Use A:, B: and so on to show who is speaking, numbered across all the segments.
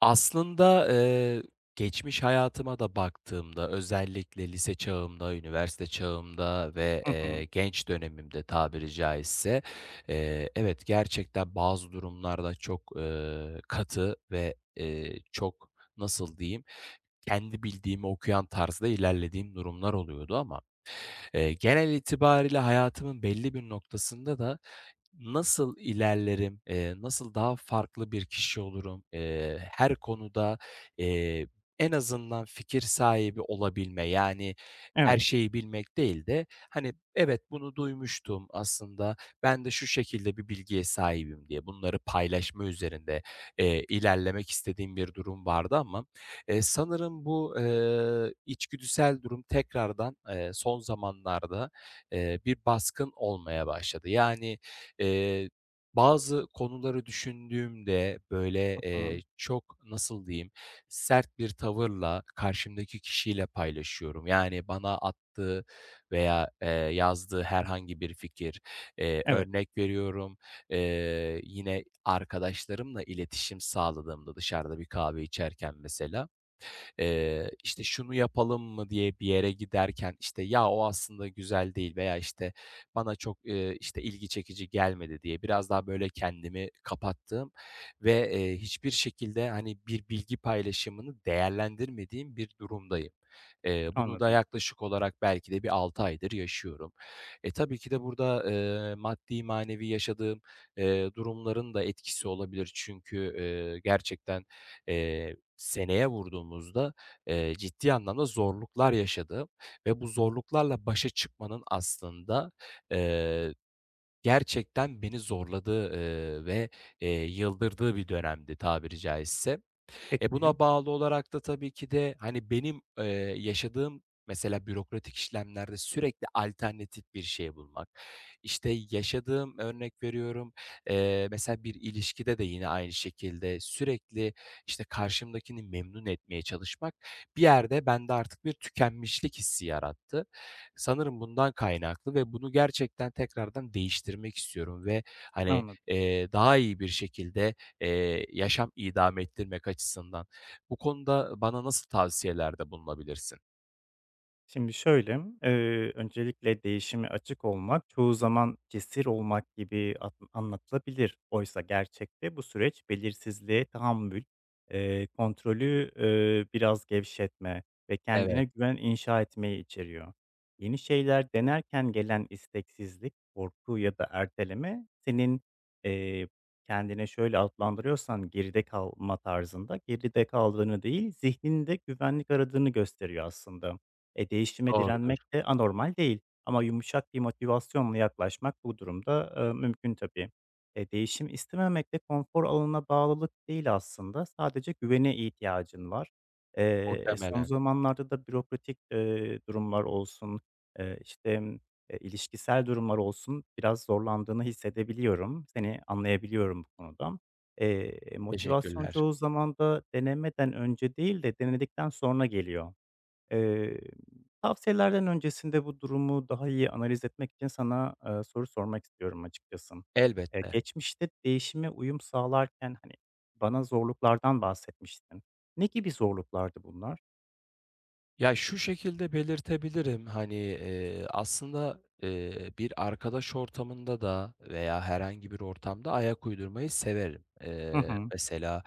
A: Aslında, geçmiş hayatıma da baktığımda, özellikle lise çağımda, üniversite çağımda ve,
B: Hı hı.
A: genç dönemimde tabiri caizse, evet, gerçekten bazı durumlarda çok, katı ve, çok, nasıl diyeyim, kendi bildiğimi okuyan tarzda ilerlediğim durumlar oluyordu ama, genel itibariyle hayatımın belli bir noktasında da nasıl ilerlerim, nasıl daha farklı bir kişi olurum, her konuda, eee, en azından fikir sahibi olabilme, yani her
B: Evet.
A: şeyi bilmek değil de, hani, evet bunu duymuştum aslında, ben de şu şekilde bir bilgiye sahibim diye bunları paylaşma üzerinde, ilerlemek istediğim bir durum vardı ama, sanırım bu, içgüdüsel durum tekrardan, son zamanlarda, bir baskın olmaya başladı. Yani, Eee, bazı konuları düşündüğümde, böyle,
B: Hı hı.
A: çok, nasıl diyeyim, sert bir tavırla karşımdaki kişiyle paylaşıyorum. Yani bana attığı veya, yazdığı herhangi bir fikir,
B: Evet,
A: örnek veriyorum, yine arkadaşlarımla iletişim sağladığımda dışarıda bir kahve içerken mesela işte, "Şunu yapalım mı?" diye bir yere giderken, işte, "Ya, o aslında güzel değil." veya, işte, "Bana çok, işte, ilgi çekici gelmedi." diye biraz daha, böyle, kendimi kapattığım ve, hiçbir şekilde, hani, bir bilgi paylaşımını değerlendirmediğim bir durumdayım. Bunu da
B: anladım.
A: yaklaşık olarak belki de bir 6 aydır yaşıyorum. Tabii ki de burada, maddi manevi yaşadığım, durumların da etkisi olabilir. Çünkü, gerçekten, eee seneye vurduğumuzda, ciddi anlamda zorluklar yaşadığım ve bu zorluklarla başa çıkmanın aslında, eee, gerçekten beni zorladığı, ve, yıldırdığı bir dönemdi tabiri caizse. E,
B: Peki,
A: buna bağlı olarak da tabii ki de, hani, benim, yaşadığım mesela bürokratik işlemlerde sürekli alternatif bir şey bulmak, işte, yaşadığım, örnek veriyorum, mesela bir ilişkide de yine aynı şekilde sürekli, işte, karşımdakini memnun etmeye çalışmak bir yerde bende artık bir tükenmişlik hissi yarattı. Sanırım bundan kaynaklı ve bunu gerçekten tekrardan değiştirmek istiyorum ve, hani,
B: anladım.
A: daha iyi bir şekilde yaşam idame ettirmek açısından. Bu konuda bana nasıl tavsiyelerde bulunabilirsin?
B: Şimdi şöyle, öncelikle değişime açık olmak çoğu zaman cesur olmak gibi anlatılabilir. Oysa gerçekte bu süreç belirsizliğe tahammül, kontrolü biraz gevşetme ve
A: Evet,
B: kendine güven inşa etmeyi içeriyor. Yeni şeyler denerken gelen isteksizlik, korku ya da erteleme senin eee, kendine şöyle adlandırıyorsan geride kalma tarzında geride kaldığını değil zihninde güvenlik aradığını gösteriyor aslında. E, değişime
A: doğrudur.
B: direnmek de anormal değil ama yumuşak bir motivasyonla yaklaşmak bu durumda, mümkün tabii. E, değişim istememek de konfor alanına bağlılık değil aslında, sadece güvene ihtiyacın var. Son
A: Muhtemelen.
B: zamanlarda da bürokratik, durumlar olsun, işte, ilişkisel durumlar olsun, biraz zorlandığını hissedebiliyorum. Seni anlayabiliyorum bu konuda. Motivasyon
A: Teşekkürler.
B: çoğu zaman da denemeden önce değil de denedikten sonra geliyor. Eee, Tavsiyelerden öncesinde bu durumu daha iyi analiz etmek için sana, soru sormak istiyorum açıkçası.
A: Elbette.
B: Geçmişte değişime uyum sağlarken, hani, bana zorluklardan bahsetmiştin. Ne gibi zorluklardı bunlar?
A: Ya, şu şekilde belirtebilirim, hani, aslında, bir arkadaş ortamında da veya herhangi bir ortamda ayak uydurmayı severim.
B: Hı
A: Eee,
B: hı.
A: mesela,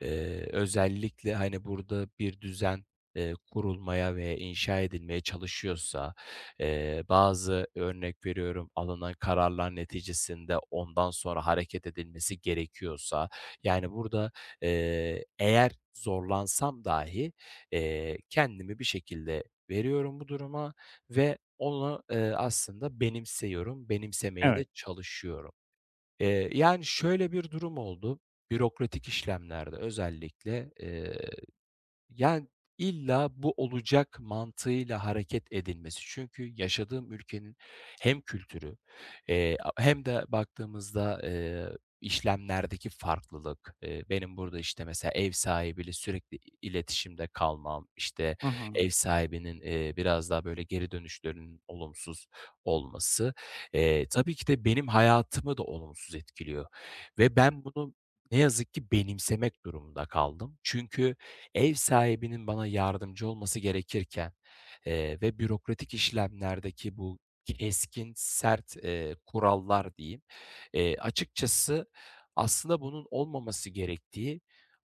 A: özellikle, hani, burada bir düzen, kurulmaya ve inşa edilmeye çalışıyorsa, bazı örnek veriyorum, alınan kararlar neticesinde ondan sonra hareket edilmesi gerekiyorsa, yani, burada, eğer zorlansam dahi kendimi bir şekilde veriyorum bu duruma ve onu, aslında benimsiyorum, benimsemeye de
B: Evet.
A: çalışıyorum. Yani şöyle bir durum oldu, bürokratik işlemlerde özellikle, yani, illa bu olacak mantığıyla hareket edilmesi. Çünkü yaşadığım ülkenin hem kültürü, a hem de baktığımızda, işlemlerdeki farklılık, benim burada, işte, mesela ev sahibiyle sürekli iletişimde kalmam, işte,
B: Hı hı.
A: ev sahibinin, biraz daha böyle geri dönüşlerinin olumsuz olması, tabii ki de benim hayatımı da olumsuz etkiliyor ve ben bunu ne yazık ki benimsemek durumunda kaldım. Çünkü ev sahibinin bana yardımcı olması gerekirken, ve bürokratik işlemlerdeki bu keskin, sert, kurallar diyeyim, açıkçası aslında bunun olmaması gerektiği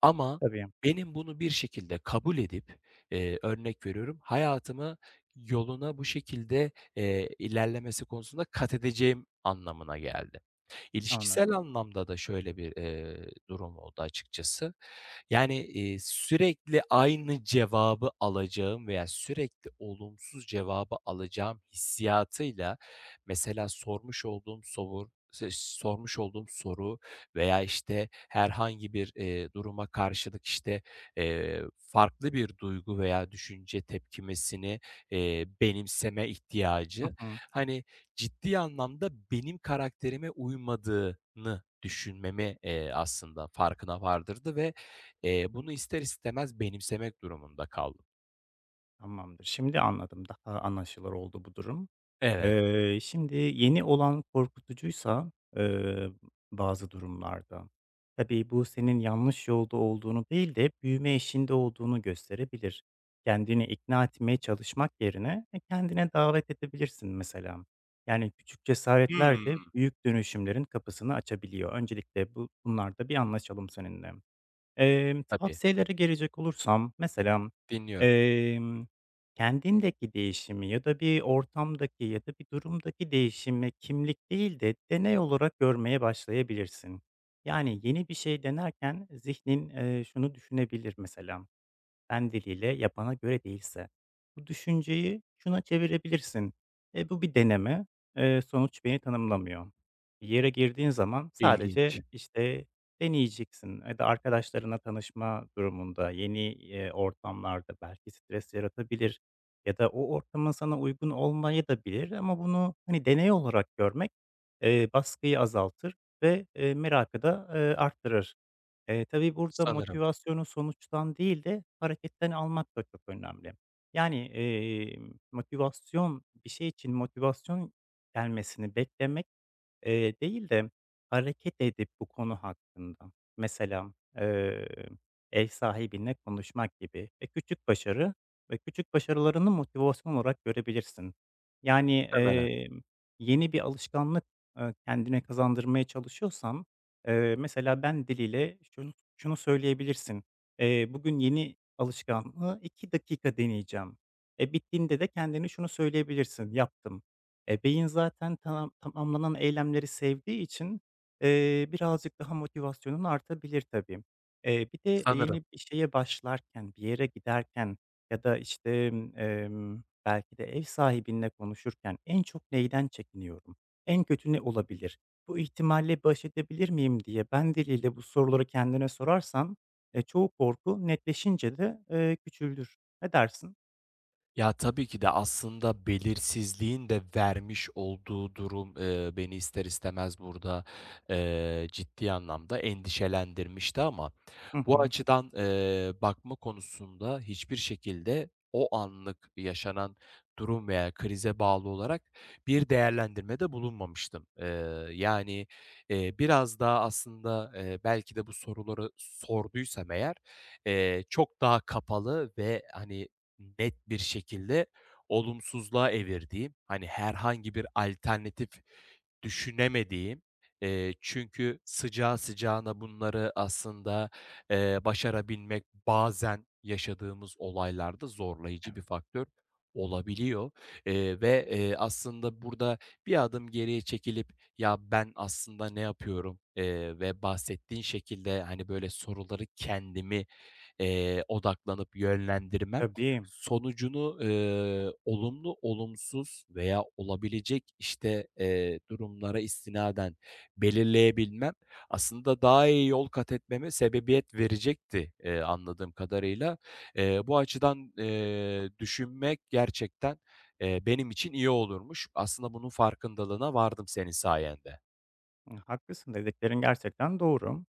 A: ama
B: Tabii,
A: benim bunu bir şekilde kabul edip, örnek veriyorum, hayatımı yoluna bu şekilde, ilerlemesi konusunda kat edeceğim anlamına geldi. İlişkisel
B: anladım.
A: anlamda da şöyle bir, durum oldu açıkçası. Yani, sürekli aynı cevabı alacağım veya sürekli olumsuz cevabı alacağım hissiyatıyla mesela sormuş olduğum soru veya, işte, herhangi bir, duruma karşılık, işte, farklı bir duygu veya düşünce tepkimesini, benimseme
B: Hı
A: ihtiyacı,
B: hı.
A: hani, ciddi anlamda benim karakterime uymadığını düşünmemi, aslında farkına vardırdı ve, bunu ister istemez benimsemek durumunda kaldım.
B: Tamamdır. Şimdi anladım, daha anlaşılır oldu bu durum.
A: Evet.
B: Şimdi yeni olan korkutucuysa, bazı durumlarda, tabii bu senin yanlış yolda olduğunu değil de büyüme işinde olduğunu gösterebilir. Kendini ikna etmeye çalışmak yerine e, kendine davet edebilirsin mesela. Yani küçük cesaretler de
A: Hımm.
B: büyük dönüşümlerin kapısını açabiliyor. Öncelikle bu bunlarda bir anlaşalım seninle.
A: Tabii,
B: Tavsiyelere gelecek olursam mesela,
A: dinliyorum.
B: emm, kendindeki değişimi ya da bir ortamdaki ya da bir durumdaki değişimi kimlik değil de deney olarak görmeye başlayabilirsin. Yani, yeni bir şey denerken zihnin, şunu düşünebilir mesela: ben diliyle yapana göre değilse. Bu düşünceyi şuna çevirebilirsin. E, bu bir deneme. E, sonuç beni tanımlamıyor. Bir yere girdiğin zaman sadece
A: İlginç.
B: işte deneyeceksin ya da arkadaşlarına tanışma durumunda yeni e, ortamlarda belki stres yaratabilir ya da o ortamın sana uygun olmayı da bilir ama bunu hani deney olarak görmek e, baskıyı azaltır ve e, merakı da e, arttırır. Tabii burada
A: Sanırım.
B: motivasyonu sonuçtan değil de hareketten almak da çok önemli. Yani, motivasyon bir şey için motivasyon gelmesini beklemek, değil de hareket edip bu konu hakkında mesela, ev sahibinle konuşmak gibi, e, küçük başarı ve küçük başarılarını motivasyon olarak görebilirsin. Yani,
A: Muhtemelen.
B: yeni bir alışkanlık, kendine kazandırmaya çalışıyorsan mesela ben diliyle şunu söyleyebilirsin: Bugün yeni alışkanlığı 2 dakika deneyeceğim." E, bittiğinde de kendine şunu söyleyebilirsin: "Yaptım." E, beyin zaten tamamlanan eylemleri sevdiği için, birazcık daha motivasyonun artabilir tabii. Bir de
A: Sanırım.
B: yeni bir şeye başlarken, bir yere giderken ya da, işte, belki de ev sahibinle konuşurken en çok neyden çekiniyorum, en kötü ne olabilir? Bu ihtimalle baş edebilir miyim diye ben diliyle bu soruları kendine sorarsan, çoğu korku netleşince de, küçülür. Ne dersin?
A: Ya, tabii ki de aslında belirsizliğin de vermiş olduğu durum, beni ister istemez burada, ciddi anlamda endişelendirmişti ama
B: Hı
A: bu
B: hı.
A: açıdan, bakma konusunda hiçbir şekilde o anlık yaşanan durum veya krize bağlı olarak bir değerlendirmede bulunmamıştım. Yani, biraz daha aslında, belki de bu soruları sorduysam eğer, çok daha kapalı ve, hani, net bir şekilde olumsuzluğa evirdiğim, hani, herhangi bir alternatif düşünemediğim, çünkü sıcağı sıcağına bunları aslında, başarabilmek bazen yaşadığımız olaylarda zorlayıcı bir faktör olabiliyor, ve, aslında burada bir adım geriye çekilip, "Ya, ben aslında ne yapıyorum?" Ve bahsettiğin şekilde, hani, böyle soruları kendimi, odaklanıp yönlendirmem
B: Tabii.
A: sonucunu, olumlu, olumsuz veya olabilecek, işte, durumlara istinaden belirleyebilmem aslında daha iyi yol kat etmeme sebebiyet verecekti, anladığım kadarıyla. Bu açıdan, düşünmek gerçekten, benim için iyi olurmuş. Aslında bunun farkındalığına vardım senin sayende.
B: Haklısın, dediklerin gerçekten doğru.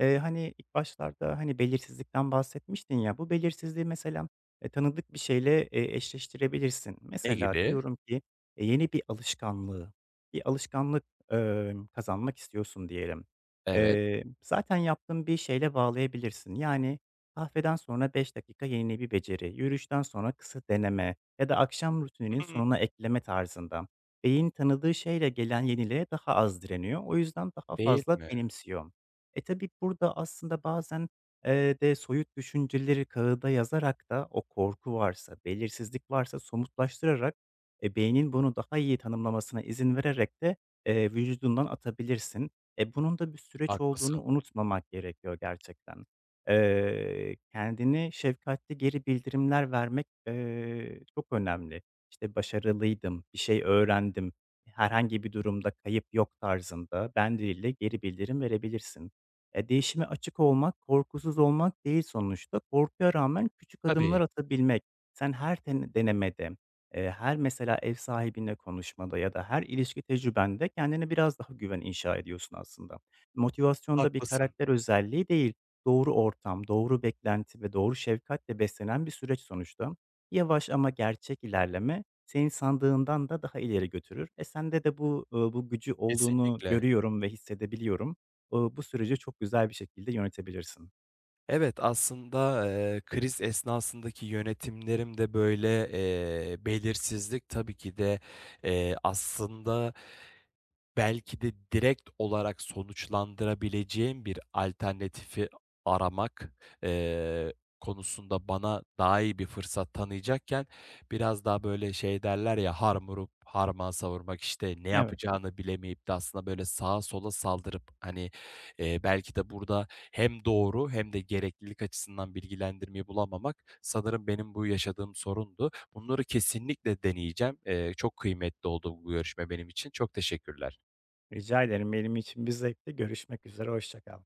B: Hani, ilk başlarda, hani, belirsizlikten bahsetmiştin ya, bu belirsizliği mesela, tanıdık bir şeyle, eşleştirebilirsin.
A: Ne
B: Mesela
A: gibi?
B: diyorum ki, e, yeni bir alışkanlığı, bir alışkanlık, kazanmak istiyorsun diyelim.
A: Evet.
B: Zaten yaptığın bir şeyle bağlayabilirsin. Yani, kahveden sonra 5 dakika yeni bir beceri, yürüyüşten sonra kısa deneme ya da akşam rutininin
A: Hımm.
B: sonuna ekleme tarzında. Beyin tanıdığı şeyle gelen yeniliğe daha az direniyor. O yüzden daha
A: Değil
B: fazla
A: mi?
B: benimsiyor. E, tabii burada aslında bazen, de soyut düşünceleri kağıda yazarak da o korku varsa, belirsizlik varsa somutlaştırarak, e, beynin bunu daha iyi tanımlamasına izin vererek de, vücudundan atabilirsin. E, bunun da bir süreç olduğunu
A: Haklısın.
B: unutmamak gerekiyor gerçekten. Kendine şefkatli geri bildirimler vermek, çok önemli. İşte, başarılıydım, bir şey öğrendim, herhangi bir durumda kayıp yok tarzında ben diliyle geri bildirim verebilirsin. Değişime açık olmak, korkusuz olmak değil sonuçta. Korkuya rağmen küçük
A: Tabii,
B: adımlar atabilmek. Sen her denemede, her mesela ev sahibinle konuşmada ya da her ilişki tecrübende kendine biraz daha güven inşa ediyorsun aslında. Motivasyon da bir
A: haklısın.
B: karakter özelliği değil, doğru ortam, doğru beklenti ve doğru şefkatle beslenen bir süreç sonuçta. Yavaş ama gerçek ilerleme senin sandığından da daha ileri götürür. E, sende de bu gücü olduğunu
A: Kesinlikle.
B: görüyorum ve hissedebiliyorum. Bu süreci çok güzel bir şekilde yönetebilirsin.
A: Evet, aslında, kriz esnasındaki yönetimlerim de böyle, belirsizlik tabii ki de, aslında belki de direkt olarak sonuçlandırabileceğim bir alternatifi aramak, eee, konusunda bana daha iyi bir fırsat tanıyacakken biraz daha, böyle, şey derler ya, harm vurup harman savurmak, işte, ne
B: Evet,
A: yapacağını bilemeyip de aslında, böyle, sağa sola saldırıp, hani, belki de burada hem doğru hem de gereklilik açısından bilgilendirmeyi bulamamak sanırım benim bu yaşadığım sorundu. Bunları kesinlikle deneyeceğim. Çok kıymetli oldu bu görüşme benim için. Çok teşekkürler.
B: rica ederim. Benim için bir zevkti. Görüşmek üzere, hoşça kal.